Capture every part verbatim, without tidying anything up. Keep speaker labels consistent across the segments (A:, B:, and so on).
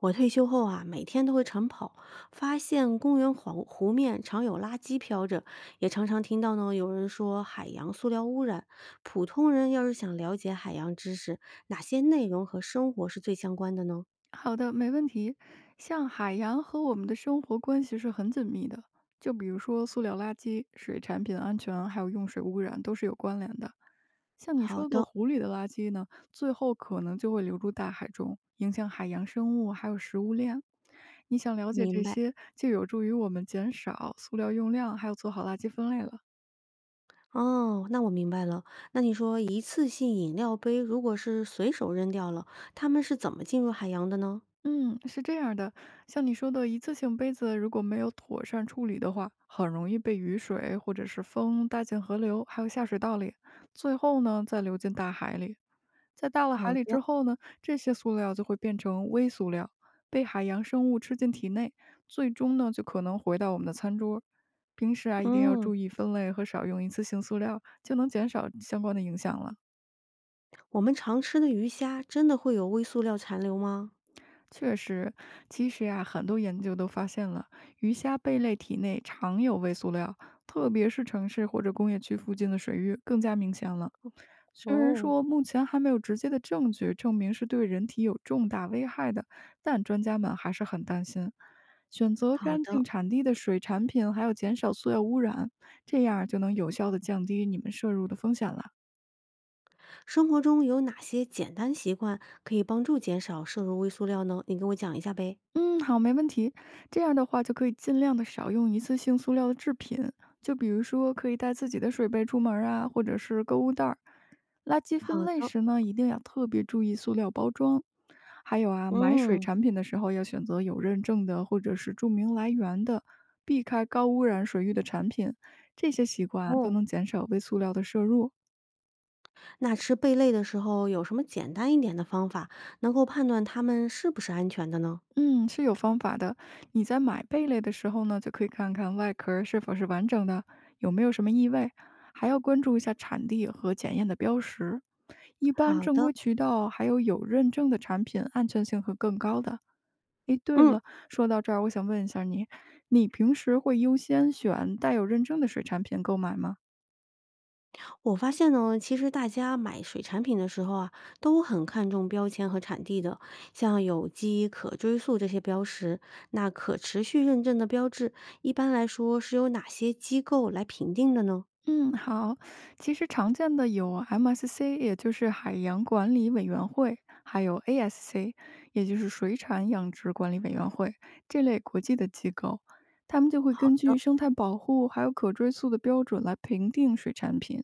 A: 我退休后啊，每天都会晨跑，发现公园湖湖面常有垃圾飘着，也常常听到呢有人说海洋塑料污染。普通人要是想了解海洋知识，哪些内容和生活是最相关的呢？
B: 好的，没问题。像海洋和我们的生活关系是很紧密的，就比如说塑料垃圾、水产品安全，还有用水污染都是有关联的。像你
A: 好
B: 说的
A: 的，
B: 湖里的垃圾呢，最后可能就会流入大海中，影响海洋生物还有食物链。你想了解
A: 明
B: 这
A: 白。
B: 些，就有助于我们减少塑料用量，还有做好垃圾分类了。
A: 哦，那我明白了。那你说一次性饮料杯如果是随手扔掉了，它们是怎么进入海洋的呢？
B: 嗯，是这样的，像你说的，一次性杯子如果没有妥善处理的话，很容易被雨水或者是风带进河流，还有下水道里，最后呢再流进大海里。在到了海
A: 好
B: 里
A: 的，
B: 之后呢，这些塑料就会变成微塑料，被海洋生物吃进体内，最终呢就可能回到我们的餐桌。平时啊，一定要
A: 嗯，
B: 注意分类和少用一次性塑料，就能减少相关的影响了。
A: 我们常吃的鱼虾真的会有微塑料残留吗？
B: 确实，其实呀，很多研究都发现了，鱼虾贝类体内常有微塑料，特别是城市或者工业区附近的水域更加明显了。虽然
A: 哦，
B: 说目前还没有直接的证据证明是对人体有重大危害的，但专家们还是很担心。选择
A: 好
B: 干
A: 的。
B: 净产地的水产品，还有减少塑料污染，这样就能有效的降低你们摄入的风险了。
A: 生活中有哪些简单习惯可以帮助减少摄入微塑料呢？你给我讲一下呗。
B: 嗯，好，没问题。这样的话就可以尽量的少用一次性塑料的制品，就比如说可以带自己的水杯出门儿啊，或者是购物袋儿。垃圾分
A: 好
B: 类
A: 的，
B: 时呢，一定要特别注意塑料包装。还有啊，买水
A: 嗯，
B: 产品的时候要选择有认证的或者是注明来源的，避开高污染水域的产品。这些习惯啊都
A: 哦，
B: 能减少微塑料的摄入。
A: 那吃贝类的时候有什么简单一点的方法，能够判断它们是不是安全的呢？
B: 嗯，是有方法的。你在买贝类的时候呢，就可以看看外壳儿是否是完整的，有没有什么异味，还要关注一下产地和检验的标识。一般
A: 好
B: 正
A: 的，
B: 规渠道还有有认证的产品，安全性会更高的。诶，对
A: 嗯，
B: 了，说到这儿，我想问一下你，你平时会优先选带有认证的水产品购买吗？
A: 我发现呢，其实大家买水产品的时候啊，都很看重标签和产地的，像有机、可追溯这些标识。那可持续认证的标志，一般来说是由哪些机构来评定的呢？
B: 嗯，好。其实常见的有 M S C，也就是海洋管理委员会，还有 A S C，也就是水产养殖管理委员会这类国际的机构，他们就会
A: 好
B: 根
A: 的，
B: 据生态保护还有可追溯的标准来评定水产品。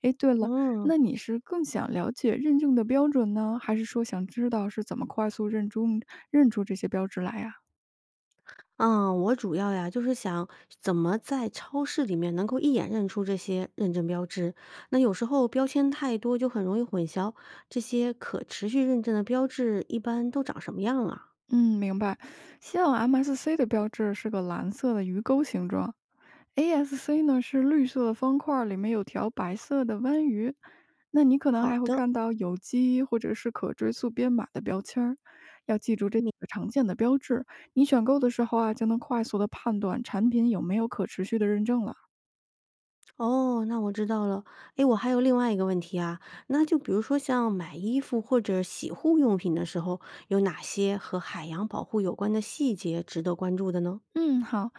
B: 诶，对了，
A: 嗯。
B: 那你是更想了解认证的标准呢，还是说想知道是怎么快速认出认出这些标志来呀？
A: 嗯，我主要呀，就是想怎么在超市里面能够一眼认出这些认证标志。那有时候标签太多，就很容易混淆。这些可持续认证的标志一般都长什么样啊？
B: 嗯，明白。像 M S C 的标志是个蓝色的鱼钩形状，A S C 呢是绿色的方块儿，里面有条白色的弯鱼。那你可能
A: 好
B: 还会
A: 的，
B: 看到有机或者是可追溯编码的标签儿。要记住这几
A: 明。
B: 个常见的标志，你选购的时候啊，就能快速的判断产品有没有可持续的认证了。
A: 哦，那我知道了。诶，我还有另外一个问题啊，那就比如说像买衣服或者洗护用品的时候，有哪些和海洋保护有关的细节值得关注的呢？
B: 嗯，好，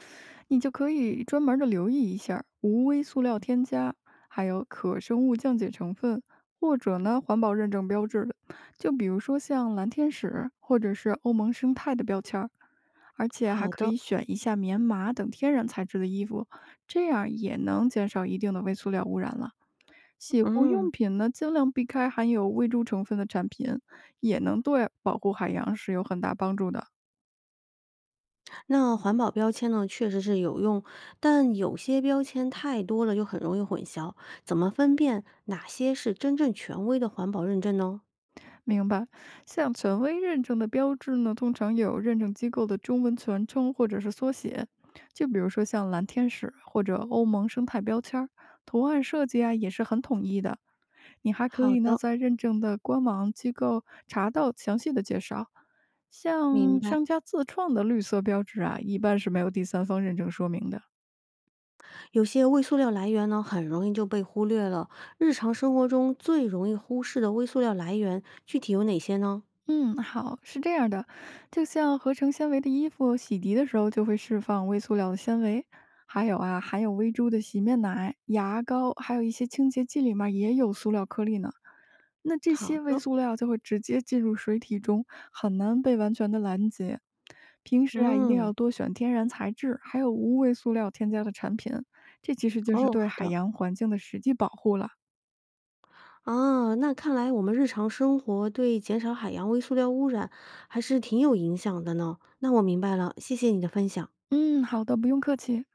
B: 你就可以专门的留意一下儿无微塑料添加，还有可生物降解成分，或者呢环保认证标志的，就比如说像蓝天使或者是欧盟生态的标签儿，而且还
A: 好
B: 可
A: 的，
B: 以选一下棉麻等天然材质的衣服，这样也能减少一定的微塑料污染了。洗护
A: 嗯。
B: 用品呢，尽量避开含有微珠成分的产品，也能对保护海洋是有很大帮助的。
A: 那环保标签呢，确实是有用，但有些标签太多了，就很容易混淆。怎么分辨哪些是真正权威的环保认证呢？
B: 明白，像权威认证的标志呢，通常有认证机构的中文全称或者是缩写，就比如说像蓝天使或者欧盟生态标签儿，图案设计啊也是很统一的。你还可
A: 好
B: 以呢
A: 的，
B: 在认证的官网机构查到详细的介绍。
A: 明
B: 像
A: 白。
B: 商家自创的绿色标志啊，一般是没有第三方认证说明的。
A: 有些微塑料来源呢，很容易就被忽略了。日常生活中最容易忽视的微塑料来源，具体有哪些呢？
B: 嗯，好，是这样的，就像合成纤维的衣服洗涤的时候就会释放微塑料的纤维，还有啊，含有微珠的洗面奶、牙膏，还有一些清洁剂里面也有塑料颗粒呢。那这
A: 好
B: 些微
A: 的，
B: 塑料就会直接进入水体中，很难被完全的拦截。平时啊，一定
A: 嗯，
B: 要多选天然材质，还有无微塑料添加的产品，这其实就是
A: 哦，
B: 对
A: 好
B: 海
A: 的，
B: 洋环境的实际保护了。
A: 啊，那看来我们日常生活对减少海洋微塑料污染还是挺有影响的呢。那我明白了，谢谢你的分享。
B: 嗯，好的，不用客气。